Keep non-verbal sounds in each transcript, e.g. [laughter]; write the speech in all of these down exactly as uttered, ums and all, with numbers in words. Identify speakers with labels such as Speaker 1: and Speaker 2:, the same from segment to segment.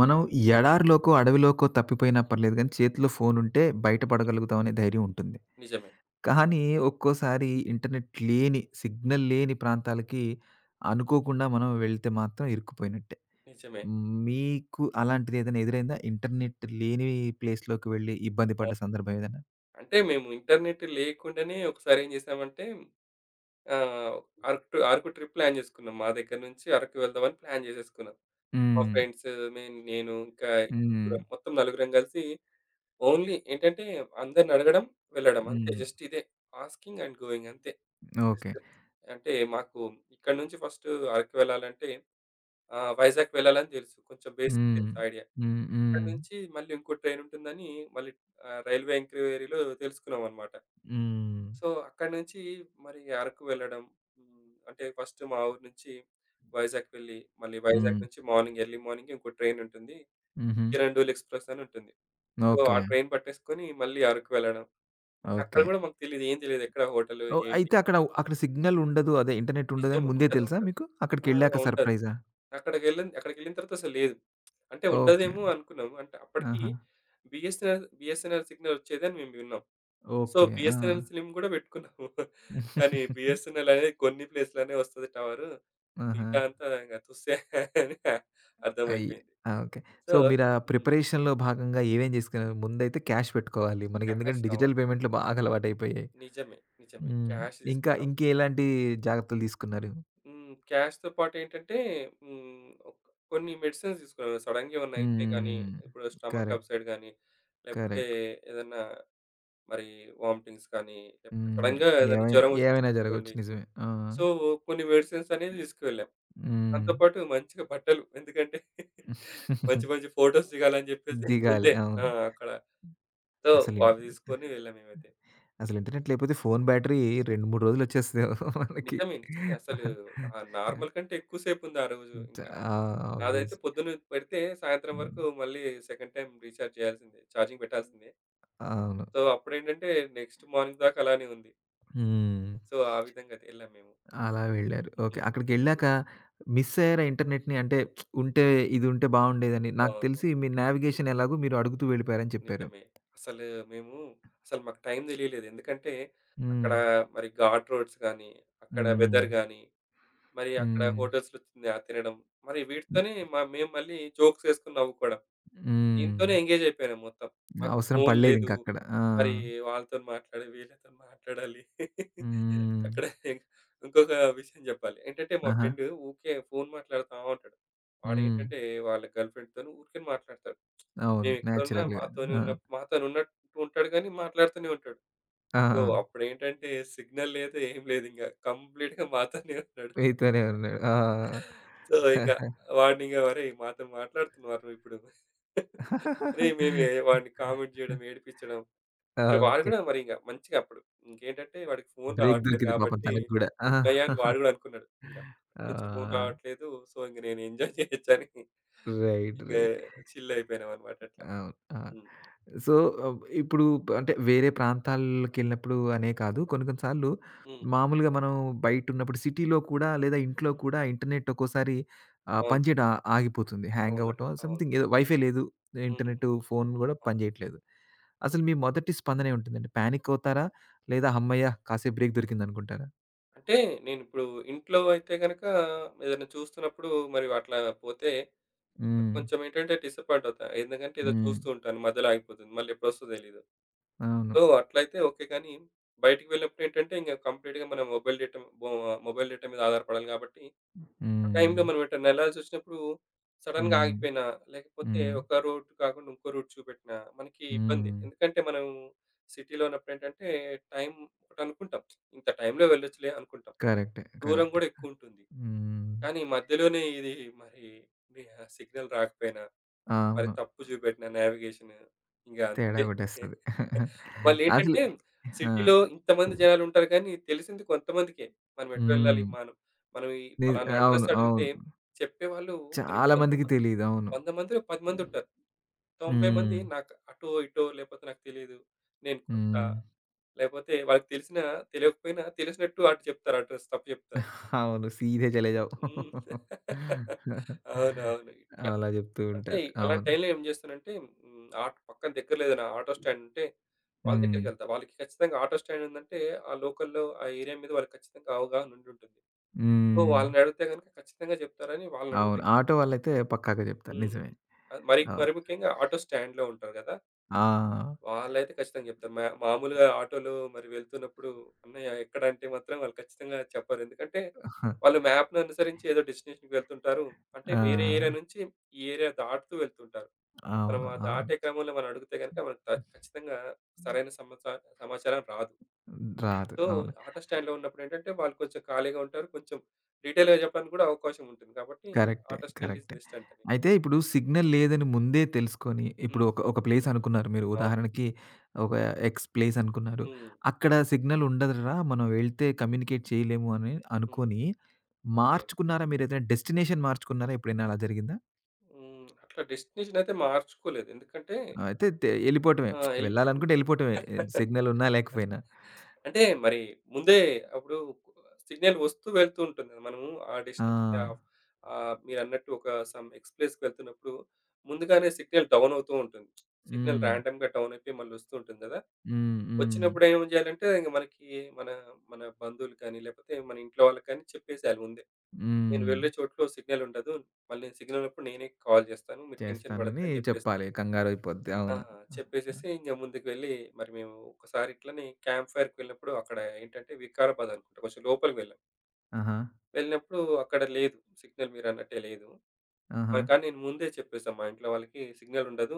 Speaker 1: మనం ఎడారిలోకో, అడవిలోకో తప్పిపోయినా పర్లేదు గానీ, చేతిలో ఫోనుంటే బయట పడగలుగుతాం అనే ధైర్యం ఉంటుంది.
Speaker 2: నిజమే.
Speaker 1: కానీ ఒక్కోసారి ఇంటర్నెట్ లేని, సిగ్నల్ లేని ప్రాంతాలకి అనుకోకుండా మనం వెళ్తే మాత్రం ఇరుక్కుపోయినట్టే.
Speaker 2: నిజమే.
Speaker 1: మీకు అలాంటిదేదైనా ఎదురైందా? ఇంటర్నెట్ లేని ప్లేస్‌లోకి వెళ్లి ఇబ్బంది పడ్డ
Speaker 2: ఆహ్,
Speaker 1: సందర్భం ఏదైనా?
Speaker 2: అంటే మేము ఇంటర్నెట్ లేకుండానే ఒకసారి ఏం చేసామంటే ఆహ్, అరకు అరకు ట్రిప్ ప్లాన్ చేసుకున్నాం. మా దగ్గర నుంచి అరకు వెళ్దామని ప్లాన్ చేసేసుకున్నాం. మా
Speaker 1: హ్మ్.
Speaker 2: ఫ్రెండ్స్ మే నేను ఇంకా
Speaker 1: హ్మ్.
Speaker 2: ముగ్గురం మొత్తం నలుగురం కలిసి ఓన్లీ ఏంటంటే అందరిని అడగడం, వెళ్ళడం అంతే.
Speaker 1: హ్మ్.
Speaker 2: జస్ట్ ఇదే ఆస్కింగ్ అండ్ గోయింగ్ అంతే.
Speaker 1: ఓకే.
Speaker 2: జస్ట్ అంటే మాకు ఇక్కడి నుంచి ఫస్ట్ అరకు వెళ్ళాలంటే ఆహ్, వైజాగ్ వెళ్ళాలని తెలుసు. కొంచెం బేసిక్
Speaker 1: హ్మ్.
Speaker 2: తెలుసు ఐడియా.
Speaker 1: హ్మ్.
Speaker 2: అక్కడి
Speaker 1: హ్మ్.
Speaker 2: నుంచి మళ్ళీ ఇంకో ట్రైన్ ఉంటుందని మళ్ళీ ఆహ్, రైల్వే ఎంక్వైరీలో తెలుసుకున్నామనమాట.
Speaker 1: హ్మ్.
Speaker 2: సో, అక్కడి నుంచి మరి అరకు వెళ్ళడం. హ్మ్. అంటే ఫస్ట్ మా ఊరు నుంచి వైజాగ్ వెళ్లి, మళ్ళీ వైజాగ్
Speaker 1: హ్మ్.
Speaker 2: నుంచి మార్నింగ్ ఎర్లీ మార్నింగ్ ఇంకో ట్రైన్ ఉంటుంది.
Speaker 1: హుహు.
Speaker 2: కిరండూల్ ఎక్స్‌ప్రెస్ అని ఉంటుంది. సో, ఆ
Speaker 1: ఓకే.
Speaker 2: ట్రైన్ పట్టేసుకొని మళ్ళీ అరకు వెళ్ళడం. మళ్ళీ అక్కడ
Speaker 1: ఓకే.
Speaker 2: గూడా మాకు తెలీదు. ఏం తెలీదు. ఎక్కడ హోటలు
Speaker 1: ఓహ్!
Speaker 2: ఏంటి?
Speaker 1: అయితే అక్కడ, అక్కడ సిగ్నల్ ఉండదు. అదే ఇంటర్నెట్
Speaker 2: నిజం
Speaker 1: ఉండదని ముందే
Speaker 2: ఉండదు.
Speaker 1: తెలుసా
Speaker 2: ఉండదు.
Speaker 1: మీకు?
Speaker 2: ఆ!
Speaker 1: అక్కడికెళ్ళాక
Speaker 2: ఉండదు.
Speaker 1: సర్ప్రైజా?
Speaker 2: అక్కడికెళ్ళిన అక్కడికెళ్ళిన తర్వాత అసలు లేదు. అంటే
Speaker 1: ఓకే.
Speaker 2: ఉండదేమో అనుకున్నాము. అంటే అప్పటికి
Speaker 1: ఆహా!
Speaker 2: బిఎస్ఎన్ఆర్ బిఎస్ఎన్ఆర్ సిగ్నల్ వచ్చేదని మేము విన్నాం. So,
Speaker 1: okay. ఆ!
Speaker 2: బిఎస్ఎన్ఎల్ సిమ్ గూడా పెట్టుకున్నాము. కానీ
Speaker 1: [laughs]
Speaker 2: బిఎస్ఎన్ఎల్ అనేది కొన్ని ప్లేస్‌లోనే వస్తది టవరు.
Speaker 1: ఆహా!
Speaker 2: మిగతా అంతా ఇంగ తుస్సే అని
Speaker 1: అయి
Speaker 2: అర్థమైపోయింది.
Speaker 1: ఆ! ఓకే. So,
Speaker 2: so.
Speaker 1: మీరు ఆ
Speaker 2: హ్మ్.
Speaker 1: ప్రిపరేషన్‌లో భాగంగా ఏమేం జేసుకున్నారు? ముందైతే క్యాష్ పెట్టుకోవాలి. మనకెందుకంటే
Speaker 2: క్యాష్
Speaker 1: డిజిటల్
Speaker 2: అవును.
Speaker 1: పేమెంట్‌లు బాగా అలవాటయిపోయాయి.
Speaker 2: నిజమే. నిజమే.
Speaker 1: హ్మ్.
Speaker 2: క్యాష్
Speaker 1: ఇంకా
Speaker 2: తీసుకున్నాం.
Speaker 1: ఇంకెలాంటి జాగ్రత్తలు తీసుకున్నారు?
Speaker 2: హ్మ్. క్యాష్‌తో పాటేంటంటే హ్మ్. ఒక్ కొన్ని మెడిసిన్స్ తీసుకున్నాం. సడెన్‌గా ఏమన్నా అయితే గానీ,
Speaker 1: హ్మ్.
Speaker 2: ఇప్పుడు స్టమక్
Speaker 1: కరెక్ట్.
Speaker 2: అప్‌సైడ్ గానీ, లేకపోతే
Speaker 1: కరెక్ట్.
Speaker 2: ఏదన్నా మరి వామిటింగ్స్ కానీ, లేకపోతే
Speaker 1: హ్మ్.
Speaker 2: సడెన్‌గా ఏదైనా
Speaker 1: ఏవైనా,
Speaker 2: జ్వరం
Speaker 1: ఏవైనా జరగొచ్చు.
Speaker 2: వచ్చేసిందనుకోండి.
Speaker 1: నిజమే. ఆ!
Speaker 2: సో, కొన్ని మెడిసిన్స్ అనేవి తీసుకువెళ్ళాం.
Speaker 1: హ్మ్.
Speaker 2: దాంతో పాటు మంచిగా బట్టలు. ఎందుకంటే [laughs] మంచి
Speaker 1: [laughs]
Speaker 2: మంచి ఫోటోస్ దిగాలని జెప్పేసి
Speaker 1: దిగాలి.
Speaker 2: ముందే. ఆ!
Speaker 1: అవును.
Speaker 2: అక్కడ. సో,
Speaker 1: అసలు ఇన్
Speaker 2: అవి తీసుకొని వెళ్ళాం మేమైతే.
Speaker 1: అసలు ఇంటర్నెట్ లేకపోతే ఫోను బ్యాటరీ రెండు, మూడు రోజులొచ్చేస్తదేమో [laughs] మనకి.
Speaker 2: నిజమే. నిజమే. అసలు ఆహ్, నార్మల్ కంటే ఎక్కువ సేపుంది ఆ రోజు ఇంకా.
Speaker 1: ఆ!
Speaker 2: నాదైతే
Speaker 1: ఆబ్వియస్.
Speaker 2: పొద్దున్న పెడితే సాయంత్రం
Speaker 1: హ్మ్.
Speaker 2: వరకు మళ్ళీ సెకండ్ టైమ్ రీచార్జ్ చేయాల్సిందే. ఛార్జింగ్ పెట్టాల్సిందే.
Speaker 1: అవును.
Speaker 2: సో, అప్పుడేంటంటే నెక్స్ట్ మార్నింగ్ దాకా అలానే ఉంది.
Speaker 1: హ్మ్.
Speaker 2: సో, ఆ విధంగా ఎళ్ళాం మేము.
Speaker 1: అలా వెళ్లారు. ఓకే.
Speaker 2: హ్మ్.
Speaker 1: అక్కడికెళ్ళాక మిస్ అయ్యారా ఇంటర్నెట్‌ని? అంటే ఉంటే ఇదుంటే బావుండేదని. నాకు
Speaker 2: అవును.
Speaker 1: తెలిసి మీ నావిగేషన్ ఎలాగో మీరు అడుగుతూ వెళ్ళిపోయారని చెప్పారు.
Speaker 2: నిజమే. అసలు మేము అసలు మాకు టైం తెలియలేదు. ఎందుకంటే
Speaker 1: హ్మ్.
Speaker 2: అక్కడ మరి ఘాట్ రోడ్స్ గాని, అక్కడ
Speaker 1: హ్మ్.
Speaker 2: వెదర్ గాని మరి అక్కడ
Speaker 1: హ్మ్.
Speaker 2: హోటల్స్‌లో తిన్ ఆహ్, తినడం. మరి
Speaker 1: హ్మ్.
Speaker 2: వీటితోనే మ మేము మళ్ళీ జోక్స్ ఏసుకొని నవ్వుకోవడం.
Speaker 1: హ్మ్.
Speaker 2: దీంతోనే ఎంగేజ్ అయిపోయినాం మొత్తం. మాకు
Speaker 1: అవసరం
Speaker 2: ఫోను లేదు.
Speaker 1: పడలేదింకక్కడ. ఆ!
Speaker 2: మరి వాళ్ళతోని మాట్లాడి, వీళ్ళతోని మాట్లాడాలి. [laughs]
Speaker 1: హ్మ్.
Speaker 2: అక్కడ ఇం- ఇంకొక విషయం జెప్పాలి. ఏంటంటే మా
Speaker 1: ఆహా!
Speaker 2: ఫ్రెండు ఊకే ఫోను మాట్లాడుతా ఉంటాడు.
Speaker 1: హ్మ్.
Speaker 2: వాడేంటంటే వాళ్ళ గర్ల్ ఫ్రెండ్‌తోని ఊరికే మాట్లాడతాడు.
Speaker 1: అవును.
Speaker 2: మేమెక్కడున్నా
Speaker 1: నేచురల్‌గా.
Speaker 2: మాతోనే
Speaker 1: ఆ!
Speaker 2: ఉన్న మాతోనున్నట్టు ఉంటాడు గానీ మాట్లాడుతూనే ఉంటాడు.
Speaker 1: ఆ!
Speaker 2: సో, అప్పుడేంటంటే సిగ్నల్ లేదు, ఏం లేదు ఇంగ. కంప్లీట్‌గా మాతోనే ఉన్నాడు.
Speaker 1: మీతోనే ఉన్నాడు. ఆ!
Speaker 2: సో, ఇంక వాడినింక, "ఒరేయ్! మాతో మాట్లాడుతున్నావురా నువ్విప్పుడు" అని మేమే వాడిని కామెంట్ జేయడం, ఏడిపిచ్చడం.
Speaker 1: ఆ!
Speaker 2: మరి వాడు
Speaker 1: ఓకే.
Speaker 2: గూడా మరి ఇంగ మంచిగా అప్పుడు ఇంకేంటంటే వాడికి ఫోను
Speaker 1: బ్రేక్
Speaker 2: రావట్లేదు
Speaker 1: దొరికింది పాపం
Speaker 2: గాబట్టి,
Speaker 1: తనకి గూడా. ఆ!
Speaker 2: నయానికి వాడు గూడా అనుకున్నాడు. ఇంగ నుంచి ఫోను రావట్లేదు. సో, ఇంక నేను ఎంజాయ్ జేయొచ్చని
Speaker 1: రైట్.
Speaker 2: ఇంగ
Speaker 1: రైట్.
Speaker 2: చిల్ అయిపోయినామనమాట అట్లా.
Speaker 1: అవును. ఆ!
Speaker 2: హ్మ్.
Speaker 1: సో, ఆహ్, ఇప్పుడు అంటే వేరే ప్రాంతాలకెళ్ళినప్పుడు అనే కాదు. కొన్ని కొన్ని సార్లు
Speaker 2: హ్మ్.
Speaker 1: మామూలుగా మనం బయటున్నప్పుడు సిటీలో కూడా లేదా ఇంట్లో కూడా ఇంటర్నెట్ ఒక్కోసారి ఆహ్,
Speaker 2: అవును.
Speaker 1: పనిచేయడం ఆ ఆగిపోతుంది. హ్యాంగ్
Speaker 2: అవునండి.
Speaker 1: అవ్వటం
Speaker 2: అవును.
Speaker 1: సంథింగ్ ఏదో వైఫై లేదు.
Speaker 2: హ్మ్.
Speaker 1: ఇంటర్నెట్, ఫోన్ గూడా
Speaker 2: అవును.
Speaker 1: పనిచేయట్లేదు. అసలు మీ మొదటి స్పందన ఏముంటుందండి? పానిక్ అవుతారా? లేదా హమ్మయ్య! కాసేపు బ్రేక్ దొరికిందనుకుంటారా?
Speaker 2: అంటే నేనిప్పుడు ఇంట్లో అయితే గనక ఏదైనా చూస్తున్నప్పుడు మరి అట్లా పోతే
Speaker 1: హ్మ్.
Speaker 2: కొంచెం ఏంటంటే డిసప్పాయింట్ అవుతా. ఎందుకంటే ఏదో
Speaker 1: హ్మ్.
Speaker 2: చూస్తూ ఉంటాను. మధ్యలో ఆగిపోతుంది. మళ్ళీ ఎప్పుడొస్తదో తెలీదు.
Speaker 1: అవును.
Speaker 2: సో, అట్లయితే ఓకే. కానీ బయటికి వెళ్ళినప్పుడు ఏంటంటే ఇంక కంప్లీట్‌గా మనం మొబైల్ డేటా బో మొబైల్ డేటా మీద ఆధారపడాలి కాబట్టి, ఆ
Speaker 1: హ్మ్.
Speaker 2: టైంలో మనం ఎటన్నా ఎళ్ళాల్సొచ్చినప్పుడు సడెన్‌గా
Speaker 1: హ్మ్.
Speaker 2: ఆగిపోయినా, లేకపోతే
Speaker 1: హ్మ్.
Speaker 2: ఒక రూట్ కాకుండా ఇంకో రూట్ చూపెట్టినా మనకి ఇబ్బంది.
Speaker 1: హ్మ్.
Speaker 2: ఎందుకంటే మనం సిటీలో ఉన్నప్పుడు ఏంటంటే టైం ఒకటనుకుంటాం. ఇంత టైంలో వెళ్ళొచ్చులే అనుకుంటాం.
Speaker 1: కరెక్టే.
Speaker 2: దూరం
Speaker 1: కరెక్టే.
Speaker 2: గూడా ఎక్కువుంటుంది.
Speaker 1: హ్మ్.
Speaker 2: కానీ మధ్యలోనే ఇది మరి ని సిగ్నల్ రాకపోయినా
Speaker 1: ఆ!
Speaker 2: మరి
Speaker 1: అవును.
Speaker 2: తప్పు చూపెట్టిన నావిగేషను. ఇంక
Speaker 1: తేడా
Speaker 2: అంతే.
Speaker 1: కొట్టేస్తది. [laughs] అసలు
Speaker 2: మళ్ళేంటంటే
Speaker 1: ఆ!
Speaker 2: సిటీలో ఇంతమంది జనాలుంటారు కానీ తెలిసింది కొంతమందికే. మనం ఎటు వెళ్ళాలి?
Speaker 1: హ్మ్.
Speaker 2: మనం మనం ఈ
Speaker 1: నిజ
Speaker 2: పలానా
Speaker 1: అవును.
Speaker 2: అడ్రెస్ అడిగితే
Speaker 1: అవును.
Speaker 2: చెప్పేవాళ్ళు మరి
Speaker 1: చాలా
Speaker 2: 100
Speaker 1: మందికి
Speaker 2: మ
Speaker 1: తెలీదు. అవును.
Speaker 2: వంద మందిలో పది మందుంటారు. తొంభై
Speaker 1: హ్మ్.
Speaker 2: మంది నాకు అటో, ఇటో లేపోతే నాకు తెలీదు. నేను కొత్త
Speaker 1: హ్మ్.
Speaker 2: లేపోతే వాళ్ళకి తెలిసినా తెలియకపోయినా తెలిసినట్టు అటు చెప్తారు, అడ్రెస్ తప్పు చెప్తారు.
Speaker 1: అవును. సీధే చలే జాओ.
Speaker 2: హ్మ్. అవునవును. ఇట్లా.
Speaker 1: అలా చెప్తూ
Speaker 2: [laughs] అంటే
Speaker 1: ఉంటారు.
Speaker 2: అలాంటి
Speaker 1: అవును.
Speaker 2: టైంలో ఏం చేస్తానంటే హ్మ్, ఆట్ పక్కన దగ్గరలో ఏదైనా ఆటో స్టాండ్ ఉంటే వాళ్ళ
Speaker 1: హ్మ్.
Speaker 2: దగ్గరికెళ్తా. వాళ్ళకి ఖచ్చితంగా ఆటో స్టాండ్ ఉందంటే ఆ లోకల్‌లో ఆ ఏరియా మీద వాళ్ళకి ఖచ్చితంగా అవగాహన ఉండుంటుంది. సో,
Speaker 1: హ్మ్.
Speaker 2: వాళ్ళని అడిగితే గనుక ఖచ్చితంగా చెప్తారని వాళ్ళని అడుగుతా
Speaker 1: అవును.
Speaker 2: ఎక్కువ.
Speaker 1: ఆటో వాళ్ళైతే పక్కాగా చెప్తారు.
Speaker 2: హ్మ్.
Speaker 1: నిజమే.
Speaker 2: అది మరి
Speaker 1: అవును.
Speaker 2: మరి ముఖ్యంగా ఆటో స్టాండ్‌లో ఉంటారు కదా!
Speaker 1: ఆ!
Speaker 2: వాళ్ళైతే ఖచ్చితంగా చెప్తారు. మా మామూలుగా ఆటోలో మరి వెళ్తున్నప్పుడు "అన్నయ్య ఎక్కడ?" అంటే మాత్రం వాళ్ళు ఖచ్చితంగా చెప్పరు. ఎందుకంటే వాళ్ళు మ్యాప్‌ని అనుసరించి ఏదో డెస్టినేషన్‌కి వెళ్తుంటారు. అంటే వేరే ఏరియా
Speaker 1: ఆ!
Speaker 2: నుంచి ఈ ఏరియా దాటుతూ వెళ్తుంటారు. మనం
Speaker 1: అవును.
Speaker 2: ఆ
Speaker 1: అవును.
Speaker 2: దాటే క్రమంలో మనం అడిగితే గనుక మనకు త ఖచ్చితంగా సరైన సమాచా సమాచారం రాదు.
Speaker 1: రాదు.
Speaker 2: సో,
Speaker 1: అవును.
Speaker 2: ఆటో స్టాండ్‌లో ఉన్నప్పుడు ఏంటంటే, వాళ్ళు కొంచెం ఖాళీగా ఉంటారు. కొంచెం డీటెయిల్‌గా చెప్పడానికి కూడా అవకాశం ఉంటుంది. కాబట్టి
Speaker 1: కరెక్టే.
Speaker 2: ఆటో స్టాండ్ ఈస్
Speaker 1: కరెక్టే.
Speaker 2: బెస్ట్ అంట నేను.
Speaker 1: అయితే ఇప్పుడు సిగ్నల్ లేదని ముందే తెలుసుకొని,
Speaker 2: హ్మ్.
Speaker 1: ఇప్పుడు ఒక ఒక ప్లేస్ అనుకున్నారు మీరు.
Speaker 2: అవును.
Speaker 1: ఉదాహరణకి ఒక ఎక్స్ ప్లేస్ అనుకున్నారు.
Speaker 2: హ్మ్.
Speaker 1: అక్కడ సిగ్నల్ ఉండదురా! మనం వెళ్తే కమ్యూనికేట్ చేయలేము అని
Speaker 2: హ్మ్.
Speaker 1: అనుకోని,
Speaker 2: ఓకే.
Speaker 1: మార్చుకున్నారా మీరేదైనా డెస్టినేషన్ మార్చుకున్నారా? ఎప్పుడైనా అలా జరిగిందా?
Speaker 2: హ్మ్. అట్లా డెస్టినేషన్ అయితే మార్చుకోలేదు. ఎందుకంటే
Speaker 1: అయితే తే ఎళ్ళిపోవటమే.
Speaker 2: ఆ! ఎళ్ళిపోయాము.
Speaker 1: వెళ్ళాలనుకుంటే ఎళ్ళిపోవటమే.
Speaker 2: [laughs]
Speaker 1: సిగ్నల్ ఉన్నా లేకపోయినా.
Speaker 2: అంటే మరి ముందే అప్పుడు సిగ్నల్ వస్తూ వెళ్తూ ఉంటుంది కదా! మనము ఆ
Speaker 1: ఆ!
Speaker 2: డెస్టినేషన్ ఆహ్, ఆహ్, మీరన్నట్టు ఒక సమ్ ఎక్స్ ప్లేస్‌కి వెళ్తున్నప్పుడు ముందుగానే సిగ్నల్ డౌన్ అవుతూ ఉంటుంది. సిగ్నల్
Speaker 1: హ్మ్.
Speaker 2: రాండమ్‌గా డౌన్ అయిపోయి మళ్ళీ వస్తూ ఉంటుంది కదా!
Speaker 1: హ్మ్. హ్మ్.
Speaker 2: వచ్చినప్పుడు ఏం చేయాలంటే ఇంక మనకి మన మన బంధువులు కానీ, లేకపోతే మన ఇంట్లో వాళ్ళకి కానీ చెప్పేసేయాలి ముందే. "నేను
Speaker 1: హ్మ్.
Speaker 2: వెళ్ళే చోట్లో సిగ్నల్ ఉండదు. మళ్ళీ నేను సిగ్నల్ ఉన్నప్పుడు నేనే కాల్ చేస్తాను. మీరు టెన్షన్
Speaker 1: చేస్తానని
Speaker 2: పడొద్దని" చెప్పేస్తా.
Speaker 1: చెప్పాలి. కంగారైపోద్ది.
Speaker 2: ఆ!
Speaker 1: అవును.
Speaker 2: చెప్పేసేసి ఇంగ ముందుకు వెళ్ళి మరి మేము ఒకసారి ఇట్లనే క్యాంప్ ఫైర్‌కి వెళ్ళినప్పుడు అక్కడ ఏంటంటే వికారాబాద్ అనుకుంటా. కొంచెం లోపలికి వెళ్ళాం.
Speaker 1: ఆహా!
Speaker 2: వెళ్ళినప్పుడు అక్కడ లేదు. సిగ్నల్ మీరన్నట్టే లేదు.
Speaker 1: ఆహా!
Speaker 2: మరి కానీ నేను ముందే చెప్పేసా, మా ఇంట్లో వాళ్ళకి సిగ్నల్ ఉండదు.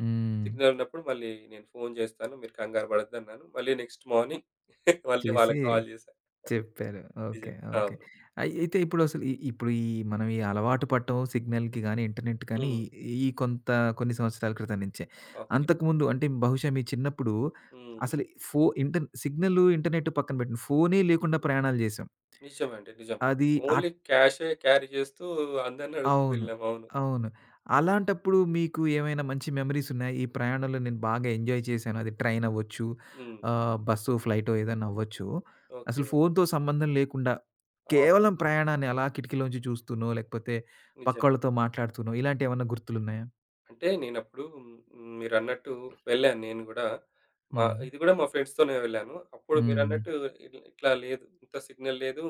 Speaker 1: హ్మ్.
Speaker 2: సిగ్నల్ ఉన్నప్పుడు మళ్ళీ నేను ఫోన్ చేస్తాను. మీరు కంగారు పడొద్దన్నాను. మళ్ళీ నెక్స్ట్ మార్నింగ్ [laughs] మళ్ళీ
Speaker 1: చేసి
Speaker 2: వాళ్ళకి కాల్ చేశా.
Speaker 1: చెప్పారు. ఓకే.
Speaker 2: నిజం.
Speaker 1: ఓకే.
Speaker 2: అవును.
Speaker 1: అయి అయితే ఇప్పుడసలు ఇ ఇప్పుడు ఈ మనం ఈ అలవాటు పడటం సిగ్నల్‌కి గాని, ఇంటర్నెట్ కానీ
Speaker 2: హ్మ్.
Speaker 1: ఈ ఈ కొంత కొన్ని సంవత్సరాల క్రితం నుంచే.
Speaker 2: ఓకే.
Speaker 1: అంతకుముందు అంటే బహుశా మీ చిన్నప్పుడు
Speaker 2: హ్మ్.
Speaker 1: అసలు ఫో ఇంటర్ సిగ్నల్, ఇంటర్నెట్ పక్కన పెట్టండి. ఫోనే లేకుండా ప్రయాణాలు చేసాం.
Speaker 2: నిజమండి. నిజం.
Speaker 1: అది ఆ
Speaker 2: ఓన్లీ క్యాషే క్యారీ చేస్తూ అందరిని అడుగుతూ
Speaker 1: అవును.
Speaker 2: వెళ్ళాం. అవును.
Speaker 1: అవును. అలాంటప్పుడు మీకు ఏమైనా మంచి మెమోరీస్ ఉన్నాయా? ఈ ప్రయాణంలో నేను బాగా ఎంజాయ్ చేశాను. అది ట్రైన్ అవ్వచ్చు,
Speaker 2: హ్మ్.
Speaker 1: ఆహ్, బస్సో, ఫ్లైటో ఏదైనా అవ్వచ్చు. అసలు
Speaker 2: ఓకే.
Speaker 1: ఫోన్‌తో సంబంధం లేకుండా
Speaker 2: అవును.
Speaker 1: కేవలం ప్రయాణాన్ని అలా కిటికీలోంచి చూస్తూనో, లేకపోతే
Speaker 2: నిజం.
Speaker 1: పక్కోళ్ళతో మాట్లాడుతూనో ఇలాంటియేమన్నా గుర్తులున్నాయా?
Speaker 2: అంటే నేనప్పుడు హ్మ్, మీరన్నట్టు వెళ్ళాను నేను గూడా. మా
Speaker 1: హ్మ్.
Speaker 2: ఇది గూడా మా ఫ్రెండ్స్‌తోనే వెళ్ళాను. అప్పుడు
Speaker 1: హ్మ్.
Speaker 2: మీరన్నట్టు ఇట్లా ఇట్లా లేదు. ఇంత సిగ్నల్ లేదు.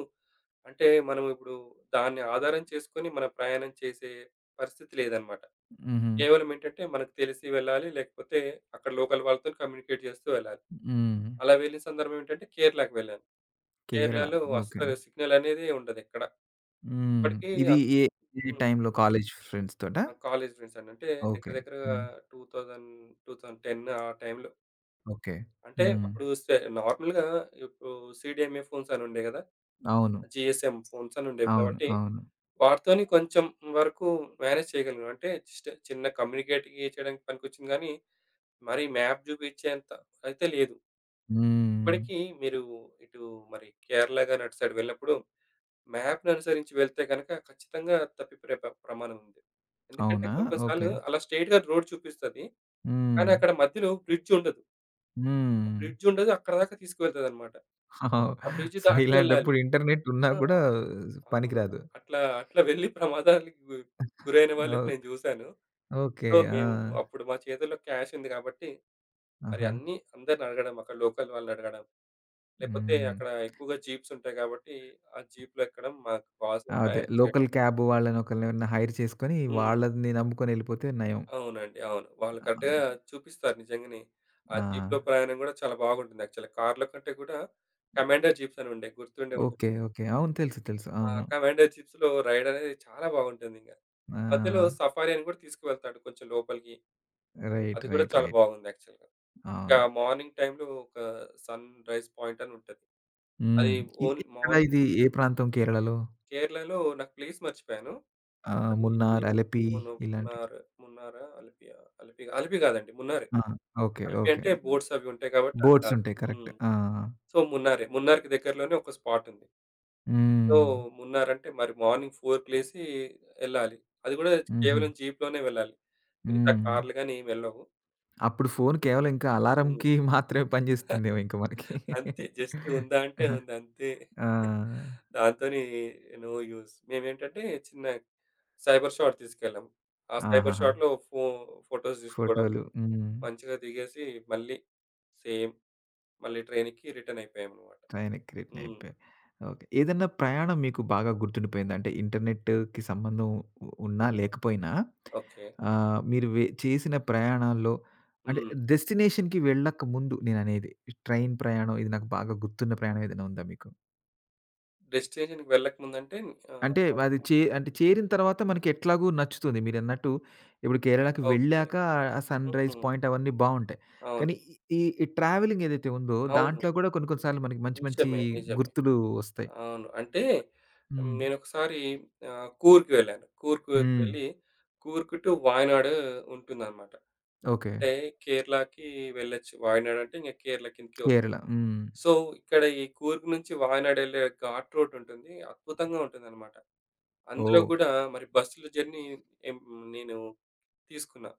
Speaker 2: అంటే మనం ఇప్పుడు దాన్ని ఆధారం చేసుకొని మన ప్రయాణం చేసే పరిస్థితి లేదనమాట.
Speaker 1: హుహు.
Speaker 2: కేవలం ఏంటంటే మనకు తెలిసి వెళ్ళాలి. లేకపోతే అక్కడ లోకల్ వాళ్ళతోని కమ్యూనికేట్ చేస్తూ వెళ్ళాలి.
Speaker 1: హ్మ్.
Speaker 2: అలా వెళ్ళిన సందర్భం ఏంటంటే కేరళకి వెళ్ళాను.
Speaker 1: కేరళ.
Speaker 2: కేరళలో
Speaker 1: ఓకే.
Speaker 2: అస్సలు సిగ్నల్ అనేదే ఉండదు ఎక్కడ.
Speaker 1: హ్మ్.
Speaker 2: ఇప్పటికీ
Speaker 1: ఇది
Speaker 2: అన్
Speaker 1: ఏ ఏ
Speaker 2: హ్మ్.
Speaker 1: టైంలో కాలేజ్ ఫ్రెండ్స్ తోటా?
Speaker 2: ఆ! కాలేజ్ ఫ్రెండ్స్ అండి. అంటే దగ్గర
Speaker 1: ఓకే.
Speaker 2: దగ్గరగా
Speaker 1: హ్మ్.
Speaker 2: రెండు వేల, రెండు వేల పది ఆ టైంలో.
Speaker 1: ఓకే.
Speaker 2: అంటే
Speaker 1: హ్మ్.
Speaker 2: అప్పుడు సె నార్మల్‌గా ఇప్పుడు సీడీఎంఏ ఫోన్స్ అని ఉండేవి గదా!
Speaker 1: అవును.
Speaker 2: జీఎస్ఎం ఫోన్స్ అని ఉండేవి
Speaker 1: అవును.
Speaker 2: కాబట్టి,
Speaker 1: అవును.
Speaker 2: వాటితోని కొంచెం వరకు మేనేజ్ చేయగలిగాం. అంటే జస్ట్ చిన్న కమ్యూనికేట్ చేయడానికి పనికొచ్చింది గానీ, మరి మ్యాప్ జూపించేంత అయితే లేదు.
Speaker 1: హ్మ్.
Speaker 2: ఇప్పటికీ మీరు ఇటు మరి కేరళ గాని అటు సైడ్ వెళ్ళినప్పుడు మ్యాప్‌ని అనుసరించి వెళ్తే గనక ఖచ్చితంగా తప్పిపోయే ప్ర ప్రమాణం ఉంది. ఎందుకంటే
Speaker 1: అవునా?
Speaker 2: కొన్ని కొన్ని
Speaker 1: ఓకే.
Speaker 2: సార్లు అలా స్ట్రెయిట్‌గా రోడ్ చూపిస్తది.
Speaker 1: హ్మ్.
Speaker 2: కానీ అక్కడ మధ్యలో బ్రిడ్జ్ ఉండదు. ఆ
Speaker 1: హ్మ్.
Speaker 2: బ్రిడ్జ్ ఉండదు. అక్కడి దాకా తీసుకువెళ్తదనమాట.
Speaker 1: [laughs] అవ్
Speaker 2: ఆ బ్రిడ్జ్
Speaker 1: సో,
Speaker 2: దాటి వెళ్ళాలి.
Speaker 1: ఇలాంటప్పుడు ఇంటర్నెట్ ఉన్నా
Speaker 2: ఆ!
Speaker 1: కూడా
Speaker 2: అవును.
Speaker 1: పనికిరాదు.
Speaker 2: అట్లా, అట్లా వెళ్ళి ప్రమాదానికి గు గురైన
Speaker 1: ఓ
Speaker 2: వాళ్ళని నేను జూసాను.
Speaker 1: ఓకే.
Speaker 2: సో,
Speaker 1: ఆ!
Speaker 2: మేము అప్పుడు మా చేతుల్లో క్యాష్ ఉంది కాబట్టి, మరి
Speaker 1: ఆహా!
Speaker 2: అన్నీ అందరిని అడగడం, అక్కడ లోకల్ వాళ్ళని అడగడం. లేకపోతే
Speaker 1: హ్మ్.
Speaker 2: అక్కడ ఎక్కువగా జీప్స్ ఉంటాయి కాబట్టి, ఆ జీప్‌లో ఎక్కడం మాకు కావాల్సిన
Speaker 1: అదే
Speaker 2: ప్రయాణం
Speaker 1: లోకల్
Speaker 2: చేయడం.
Speaker 1: క్యాబ్ వాళ్ళని ఒకళ్ళనెవరినైనా హైర్ చేసుకొని
Speaker 2: హ్మ్.
Speaker 1: వాళ్ళని నమ్ముకొనెళ్ళిపోతే నయం.
Speaker 2: అవునండి. అవును. వాళ్ళు కరెక్ట్‌గా
Speaker 1: అవును.
Speaker 2: చూపిస్తారు నిజంగానే. ఆ
Speaker 1: ఆ!
Speaker 2: జీప్‌లో ప్రయాణం గూడా చాలా బాగుంటుంది యాక్చువల్‌గా. కార్‌లో కంటే కూడా కమాండర్ జీప్స్ అని ఉండే గుర్తుండే ఉంటుంది.
Speaker 1: ఓకే. ఓకే. అవును. తెలుసు. తెలుసు.
Speaker 2: ఆ
Speaker 1: అవును.
Speaker 2: కమాండర్ జీప్స్‌లో రైడ్ అనేది చాలా బాగుంటుందింక. మధ్యలో
Speaker 1: ఆ!
Speaker 2: సఫారీ అని గూడా తీసుకువెళ్తాడు కొంచెం లోపలికి.
Speaker 1: రైట్.
Speaker 2: అది గూడా
Speaker 1: రైట్.
Speaker 2: చాలా
Speaker 1: రైట్.
Speaker 2: బాగుంది యాక్చువల్‌గా. ఇంకా
Speaker 1: అవును.
Speaker 2: మార్నింగ్ టైమ్‌లో ఒక సన్ రైజ్ పాయింట్ అని ఉంటది.
Speaker 1: హ్మ్.
Speaker 2: అది
Speaker 1: ఇ
Speaker 2: ఓన్లీ
Speaker 1: ఇక్కడ
Speaker 2: మార్నింగ్.
Speaker 1: ఇది ఏ ప్రాంతం కేరళలో?
Speaker 2: కేరళలో నాకు ప్లేస్ మర్చిపోయాను.
Speaker 1: ఆహ్,
Speaker 2: అది
Speaker 1: మున్నార్, అలెపి
Speaker 2: మును
Speaker 1: ఇలాంటి
Speaker 2: మున్నార్. మున్నారా? అలిపియా? అలిపిగా అలిపి గాదండి, మున్నారే.
Speaker 1: ఆ! ఓకే.
Speaker 2: అలిపి
Speaker 1: ఓకే.
Speaker 2: అంటే బోట్స్ అవి ఉంటాయి కాబట్టి అది
Speaker 1: బోర్డ్స్
Speaker 2: కాదు.
Speaker 1: ఉంటాయి. కరెక్ట్.
Speaker 2: హ్మ్.
Speaker 1: ఆ!
Speaker 2: సో, మున్నారే. మున్నార్‌కి దగ్గరలోనే ఒక స్పాట్ ఉంది. సో,
Speaker 1: హ్మ్.
Speaker 2: మున్నార్ అంటే మరి మార్నింగ్ 4కి లేసి ఎళ్ళాలి. అది కూడా
Speaker 1: హుహు.
Speaker 2: కేవలం జీప్‌లోనే వెళ్ళాలి. మిగతా
Speaker 1: హ్మ్.
Speaker 2: కార్లు గాని ఏమి వెళ్ళవు.
Speaker 1: అప్పుడు ఫోను కేవలం ఇంకా
Speaker 2: హ్మ్.
Speaker 1: అలారంకి [laughs] మాత్రమే పనిజేస్తుందేమో ఇంక మనకి.
Speaker 2: అంతే, జస్ట్ ఉందా అంటే
Speaker 1: ఆహా!
Speaker 2: ఉంది అంతే.
Speaker 1: ఆ!
Speaker 2: దాంతోని నో యూజ్. మేమేంటంటే చిన్న సైబర్ షాట్ తీసుకెళ్ళాం. ఆ సైబర్
Speaker 1: ఆహాహా!
Speaker 2: షాట్‌లో ఫో ఫోటోస్ తీసుకోవడం,
Speaker 1: ఫోటోలు. హ్మ్.
Speaker 2: మంచిగా దిగేసి మళ్ళీ సేమ్ మళ్ళీ ట్రైన్‌కి రిటర్న్ అయిపోయామన్నమాట.
Speaker 1: ట్రైన్‌కి రిటర్న్
Speaker 2: హ్మ్.
Speaker 1: అయిపోయారు. ఓకే. ఏదన్నా ప్రయాణం మీకు బాగా గుర్తుండిపోయిందా? అంటే ఇంటర్నెట్‌కి సంబంధం ఉ ఉన్నా,
Speaker 2: హ్మ్.
Speaker 1: లేకపోయినా
Speaker 2: ఓకే.
Speaker 1: ఆహ్, మీరు వె చేసిన ప్రయాణాల్లో అంటే
Speaker 2: హ్మ్.
Speaker 1: డెస్టినేషన్‌కి వెళ్ళక ముందు నేననేది. ట్రైన్ ప్రయాణం ఇది నాకు బాగా గుర్తున్న ప్రయాణం ఏదైనా ఉందా మీకు?
Speaker 2: డెస్టినేషన్‌కి వెళ్ళకముందంటే ఆహ్,
Speaker 1: అంటే అది చే అంటే చేరిన తర్వాత మనకెట్లాగూ నచ్చుతుంది. మీరన్నట్టు ఇప్పుడు కేరళకి
Speaker 2: ఓకే.
Speaker 1: వెళ్ళాక ఆ సన్‌రైజ్
Speaker 2: హ్మ్.
Speaker 1: పాయింట్ అవన్నీ బావుంటాయి.
Speaker 2: అవును.
Speaker 1: కానీ ఈ ఈ ట్రావెలింగ్ ఏదైతే ఉందో
Speaker 2: అవును.
Speaker 1: దాంట్లో గూడా కొన్ని కొన్ని సార్లు మనకి మంచి మంచి
Speaker 2: నిజమే. నిజమే.
Speaker 1: గుర్తులు ఒస్తాయి.
Speaker 2: అవును. అంటే
Speaker 1: హ్మ్.
Speaker 2: నేనొకసారి ఆహ్, కూర్గ్‌కి వెళ్ళాను. కూర్గ్
Speaker 1: హ్మ్.
Speaker 2: వెళ్ళి, కూర్గ్ టు వాయనాడు ఉంటుందన్నమాట.
Speaker 1: ఓకే.
Speaker 2: అంటే కేరళకి వెళ్ళొచ్చు. వాయనాడ్ అంటే ఇంక కేరళ కిందకే
Speaker 1: కేరళ.
Speaker 2: వస్తుంది.
Speaker 1: హ్మ్.
Speaker 2: సో, ఇక్కడ ఈ కూర్గ్ నుంచి వాయనాడ్ వెళ్ళే ఘాట్ రోడ్ ఉంటుంది. అద్భుతంగా ఉంటుందన్నమాట. అందులో
Speaker 1: ఓహ్!
Speaker 2: గూడా మరి బస్సుల జర్నీ ఎం నేను తీసుకున్నా.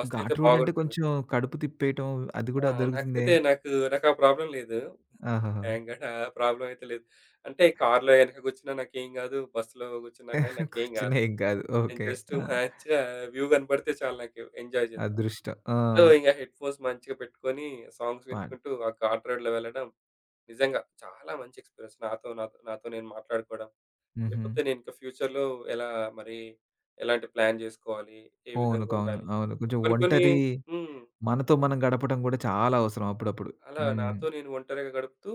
Speaker 2: బస్సయితే
Speaker 1: ఘాట్ రోడ్ అంటే
Speaker 2: బాగుంటుంది.
Speaker 1: కొంచెం కడుపు తిప్పేయటం అది గూడా
Speaker 2: ఆ!
Speaker 1: దొరుకుతుందే.
Speaker 2: నాకైతే నాకు నాకా ప్రాబ్లమ్ లేదు.
Speaker 1: ఆహాహా!
Speaker 2: థాంక్ గాడ్ ఆ ప్రాబ్లమ్ అయితే లేదు. అంటే కార్‌లో వెనక కూర్చున్నా నాకేం గాదు. బస్సులో కూర్చున్నా కానీ నాకేం
Speaker 1: కూర్చున్న
Speaker 2: గాదు.
Speaker 1: ఏం కాదు.
Speaker 2: నేను
Speaker 1: ఓకే.
Speaker 2: జస్ట్
Speaker 1: ఆ!
Speaker 2: మంచిగా వ్యూ కనపడితే చాలు, నాకు ఎంజాయ్ చేస్తా.
Speaker 1: అదృష్టం. ఆ!
Speaker 2: సో, ఇంక హెడ్‌ఫోన్స్ మంచిగా పెట్టుకొని సాంగ్స్
Speaker 1: పాన్
Speaker 2: వినుకుంటూ ఆ ఘాట్ రోడ్‌లో వెళ్ళడం నిజంగా చాలా మంచి ఎక్స్‌పీరియన్స్. నాతో నాతో నాతో నేను మాట్లాడుకోవడం.
Speaker 1: హుహు.
Speaker 2: లేకపోతే నేను ఇంకా ఫ్యూచర్‌లో ఎలా మరి ఎలాంటి ప్లాన్ జేసుకోవాలి? ఏ
Speaker 1: అవును.
Speaker 2: విధంగా
Speaker 1: అవును.
Speaker 2: ఉండాలి?
Speaker 1: అవును. కొంచెం
Speaker 2: కొన్ని కొన్ని.
Speaker 1: ఒంటరి
Speaker 2: హ్మ్.
Speaker 1: మనతో మనం గడపడం గూడా చాలా అవసరం అప్పుడప్పుడు.
Speaker 2: అలా
Speaker 1: హ్మ్.
Speaker 2: నాతో నేను ఒంటరిగా గడుపుతూ,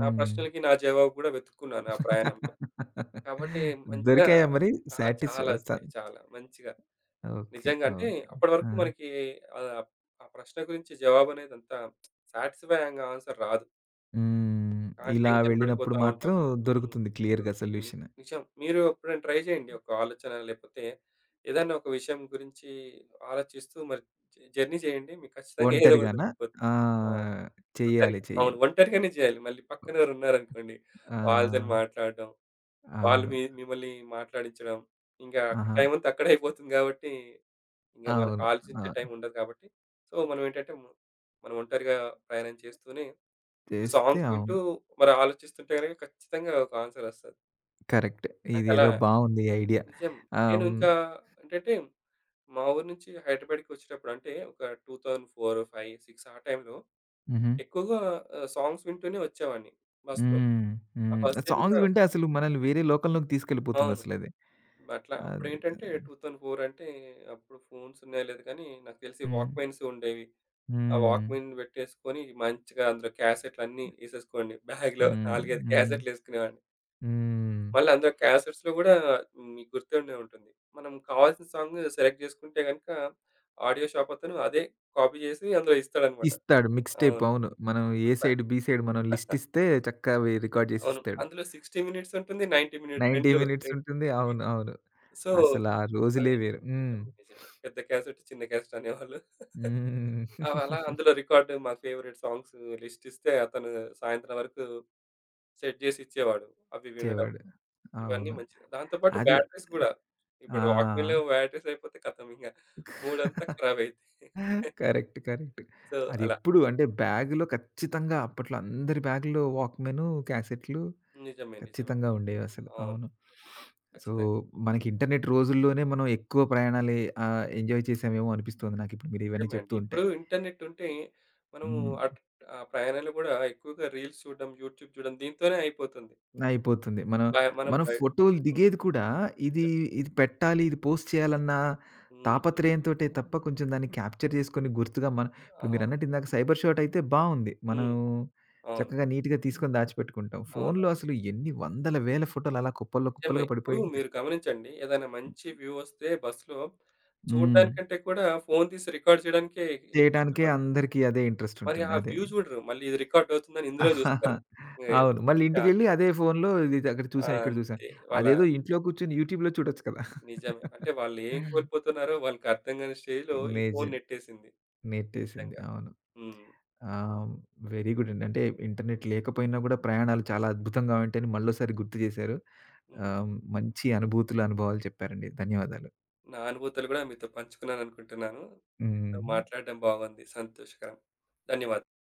Speaker 2: నా ప్రశ్నలకి నా జవాబు గూడా వెతుక్కున్నాను ఆ ప్రయాణంలో. కాబట్టి మంచిగా.
Speaker 1: దొరికాయా మరి
Speaker 2: ఆ!
Speaker 1: సాటిస్
Speaker 2: చాలా
Speaker 1: స
Speaker 2: చాలా మంచిగా.
Speaker 1: ఓకే.
Speaker 2: నిజంగా అంటే
Speaker 1: ఓకే.
Speaker 2: అప్పటి
Speaker 1: ఆ!
Speaker 2: వరకు మనకి ఆహ్, ఆ ప్రశ్న గురించి జవాబనేది అంత సాటిస్‌ఫైయింగ్ ఆన్సర్ రాదు.
Speaker 1: హ్మ్.
Speaker 2: ఆ!
Speaker 1: ఇలా
Speaker 2: టెన్షన్
Speaker 1: వెళ్ళినప్పుడు
Speaker 2: పడిపోతా ఉంటాం.
Speaker 1: మాత్రం
Speaker 2: హ్మ్.
Speaker 1: దొరుకుతుంది క్లియర్‌గా
Speaker 2: దొరుకుతుంది.
Speaker 1: సొల్యూషన్.
Speaker 2: నిజం. మీరు ఎప్పుడైనా ట్రై చేయండి. ఒక ఆలోచన లేకపోతే ఏదన్నా ఒక విషయం గురించి ఆలోచిస్తూ మరి జ జర్నీ చేయండి. మీకు ఖచ్చితంగా ఏదో ఒకటి
Speaker 1: ఒంటరిగానా?
Speaker 2: దొరికిపోద్ది.
Speaker 1: ఆ!
Speaker 2: ఆ!
Speaker 1: చెయ్యాలి.
Speaker 2: ఒంటరిగా. అవును.
Speaker 1: చెయ్యాలి.
Speaker 2: ఒంటరిగానే చేయాలి. మళ్ళీ పక్కనెవరు ఉన్నారనుకోండి,
Speaker 1: ఆ!
Speaker 2: వాళ్ళతోని మాట్లాడడం, వాళ్ళు
Speaker 1: అవును.
Speaker 2: మీ మిమ్మల్ని మాట్లాడించడం, ఇంకా
Speaker 1: ఆహా!
Speaker 2: టైమంతా అక్కడే అయిపోతుంది గాబట్టి, ఇంక మనకు
Speaker 1: అవును.
Speaker 2: ఆలోచించే టైం
Speaker 1: అవును.
Speaker 2: ఉండదు కాబట్టి, సో, మనమేంటంటే మనం ఒంటరిగా ప్రయాణం చేస్తూనే
Speaker 1: చేస్తే
Speaker 2: సాంగ్స్
Speaker 1: అవును.
Speaker 2: వింటూ మరి ఆలోచిస్తుంటే గనక ఖచ్చితంగా ఒక ఆన్సరొస్తది.
Speaker 1: కరెక్ట్.
Speaker 2: నాకలా
Speaker 1: ఇదేదో బావుంది ఐడియా.
Speaker 2: నిజం.
Speaker 1: ఆహ్,
Speaker 2: నేను
Speaker 1: హ్మ్.
Speaker 2: ఇంకా ఏంటంటే, మా ఊరు నుంచి హైదరాబాద్‌కొచ్చేటప్పుడు అంటే ఒక రెండు వేల నాలుగు, ఐదు, ఆరు ఆ టైంలో
Speaker 1: హుహు.
Speaker 2: ఎక్కువగా ఆహ్, సాంగ్స్ వింటూనే వచ్చేవాడిని బస్‌లో.
Speaker 1: హ్మ్.
Speaker 2: ఆ
Speaker 1: హ్మ్. ఆ
Speaker 2: ఫస్ట్ ఇయర్
Speaker 1: సాంగ్స్
Speaker 2: గూడా
Speaker 1: వింటే అసలు మనల్ని వేరే లోకంలోకి
Speaker 2: అవును.
Speaker 1: తీసుకెళ్ళిపోతుందసలది.
Speaker 2: అట్లా
Speaker 1: అది.
Speaker 2: అప్పుడేంటంటే రెండు వేల నాలుగు అంటే అప్పుడు ఫోన్స్ ఉన్నాయో లేదో కానీ నాకు తెలిసి
Speaker 1: హ్మ్.
Speaker 2: వాక్‌మెన్స్ ఉండేవి. ఆ
Speaker 1: హ్మ్.
Speaker 2: వాక్‌మెన్ పెట్టేసుకొని మంచిగా అందులో క్యాసెట్‌లన్నీ ఏసేసుకోండి. బ్యాగ్‌లో
Speaker 1: హ్మ్.
Speaker 2: నాలుగు, ఐదు
Speaker 1: హ్మ్.
Speaker 2: క్యాసెట్‌లేసుకునేవాడిని.
Speaker 1: హ్మ్.
Speaker 2: మళ్ళీ అందులో క్యాసెట్స్‌లో గూడా మీకు గుర్తుండే ఉంటుంది. మనం కావాల్సిన సాంగ్ సెలెక్ట్ చేసుకుంటే గనుక ఆడియో షాప్ అతను అదే కాపీ చేసి అందులో ఇస్తాడన్నమాట.
Speaker 1: ఇస్తాడు. మిక్స్ టేప్
Speaker 2: అవును.
Speaker 1: అవును. మనం ఏ
Speaker 2: అట్లా.
Speaker 1: సైడ్, బి సైడ్ మనం లిస్ట్
Speaker 2: [laughs]
Speaker 1: ఇస్తే చక్కగా అవి రికార్డ్ చేసి
Speaker 2: అవును.
Speaker 1: ఇస్తాడు.
Speaker 2: అందులో అరవై మినిట్స్ ఉంటుంది. తొంభై మినిట్స్
Speaker 1: తొంభై
Speaker 2: రెండు, రెండు
Speaker 1: మినిట్స్
Speaker 2: ఉంటాయి.
Speaker 1: ఉంటుంది. అవును. అవును.
Speaker 2: సో
Speaker 1: అసలు ఆ
Speaker 2: అది
Speaker 1: రోజులే వేరు. హ్మ్.
Speaker 2: నిజమే. నిజమే. పెద్ద క్యాసెట్, చిన్న క్యాసెట్ అనేవాళ్ళు.
Speaker 1: హ్మ్.
Speaker 2: అవి అలా అందులో
Speaker 1: [laughs]
Speaker 2: రికార్డ్ మా ఫేవరెట్ సాంగ్స్ లిస్ట్ ఇస్తే అతను సాయంత్రం వరకు సెట్ చేసి ఇచ్చేవాడు. అవి వినడం
Speaker 1: ఇచ్చేవాడు.
Speaker 2: ఇవన్నీ
Speaker 1: అవును.
Speaker 2: మంచిది. దాంతో పాటు
Speaker 1: అది
Speaker 2: బ్యాటరీస్ గూడా. ఇప్పుడు వాక్‌మెన్‌లో
Speaker 1: ఆ!
Speaker 2: బ్యాటరీస్ అయిపోతే ఖతం ఇంగ మూడంతా ఖరాబ్ అయిద్ది.
Speaker 1: కరెక్ట్. కరెక్ట్.
Speaker 2: సో, అలా.
Speaker 1: అదెప్పుడు అంటే బ్యాగ్‌లో ఖచ్చితంగా అప్పట్లో అందరి బ్యాగ్‌లో వాక్‌మెను, క్యాసెట్‌లు
Speaker 2: నిజమే. నిజమే
Speaker 1: ఖచ్చితంగా
Speaker 2: అండి.
Speaker 1: ఉండేవసలు.
Speaker 2: అవును.
Speaker 1: అవును. సో,
Speaker 2: ఖచ్చితంగా.
Speaker 1: మనకి ఇంటర్నెట్ రోజుల్లోనే మనం ఎక్కువ ప్రయాణాలే ఆహ్, ఎంజాయ్ చేసామేమో అనిపిస్తుంది నాకిప్పుడు మీరు ఇవన్నీ
Speaker 2: నిజమే
Speaker 1: చెప్తూ
Speaker 2: అండి.
Speaker 1: ఉంటే.
Speaker 2: ఇప్పుడు ఇంటర్నెట్ ఉంటే మనము
Speaker 1: హ్మ్.
Speaker 2: అట్ ఆ ప్రయాణాలు గూడా ఎక్కువగా రీల్స్ చూడడం, యూట్యూబ్ చూడడం దీంతోనే అయిపోతుంది.
Speaker 1: అయిపోతుంది. మనం,
Speaker 2: మ మనం
Speaker 1: మనం
Speaker 2: బయ్
Speaker 1: ఫోటోలు
Speaker 2: హ్మ్.
Speaker 1: దిగేది కూడా ఇది,
Speaker 2: నిజమే.
Speaker 1: ఇది పెట్టాలి, ఇది పోస్ట్ చేయాలన్న
Speaker 2: హ్మ్.
Speaker 1: తాపత్రయంతోటే తప్ప కొంచెం దాన్ని క్యాప్చర్ చేసుకొని గుర్తుగా మనం ఇప్పుడు
Speaker 2: ఆ!
Speaker 1: మీరన్నట్టు ఇందాక సైబర్ షాట్ అయితే బావుంది. మనం
Speaker 2: హ్మ్. అవును.
Speaker 1: చక్కగా నీట్‌గా తీసుకొని దాచిపెట్టుకుంటాం. ఫోన్‌లో
Speaker 2: అవునవును.
Speaker 1: అసలు ఎన్ని వందల వేల ఫోటోలు అలా కుప్పల్లో
Speaker 2: నిజమే.
Speaker 1: కుప్పలుగా
Speaker 2: ఇప్పుడు
Speaker 1: పడిపోయి ఉంటాయి.
Speaker 2: మీరు గమనించండి. ఏదైనా మంచి వ్యూ వస్తే బస్‌లో
Speaker 1: హ్మ్.
Speaker 2: చూడడానికంటే కూడా ఫోను తీసి రికార్డ్ చేయడానికే ఎక్కువ
Speaker 1: చేయటానికే
Speaker 2: ఇష్టపడతారు.
Speaker 1: అందరికీ అదే ఇంట్రెస్ట్
Speaker 2: మరి
Speaker 1: ఉంటుంది.
Speaker 2: ఆ
Speaker 1: అదే.
Speaker 2: వ్యూ చూడరు. మళ్ళీ ఇది రికార్డ్ అవుతుందని
Speaker 1: [laughs]
Speaker 2: ఇందులో
Speaker 1: ఆహాహా.
Speaker 2: చూస్తారు. ఏ
Speaker 1: అవును. మళ్ళీ
Speaker 2: ఇంకా
Speaker 1: ఇంటికెళ్ళి అదే ఫోన్‌లో ఇది అక్కడ చూసాం, ఇక్కడ చూసాం.
Speaker 2: అంతే. వాళ్ళ
Speaker 1: అదేదో ఇంట్లో కూర్చొని యూట్యూబ్‌లో చూడొచ్చు కదా!
Speaker 2: నిజమే. అంటే వాళ్ళు ఏం కోల్పోతున్నారో వాళ్ళకి అర్థం కాని స్టేజ్‌లో ఈ
Speaker 1: నేజ్
Speaker 2: ఫోను నెట్టేసింది.
Speaker 1: నెట్టేసింది.
Speaker 2: నిజంగా.
Speaker 1: అవును.
Speaker 2: హ్మ్.
Speaker 1: ఆ! వెరీ గుడ్ అండి. అంటే ఇంటర్నెట్ లేకపోయినా గూడా ప్రయాణాలు చాలా అద్భుతంగా ఉంటాయని మళ్ళోసారి గుర్తు జేశారు.
Speaker 2: హ్మ్.
Speaker 1: ఆహ్, మంచి అనుభూతులు, అనుభవాలు చెప్పారండి. ధన్యవాదాలు.
Speaker 2: నా అనుభూతులు కూడా మీతో పంచుకున్నాననుకుంటున్నాను. మీతో
Speaker 1: హ్మ్.
Speaker 2: మాట్లాడడం బాగుంది. సంతోషకరం. ధన్యవాదాలు.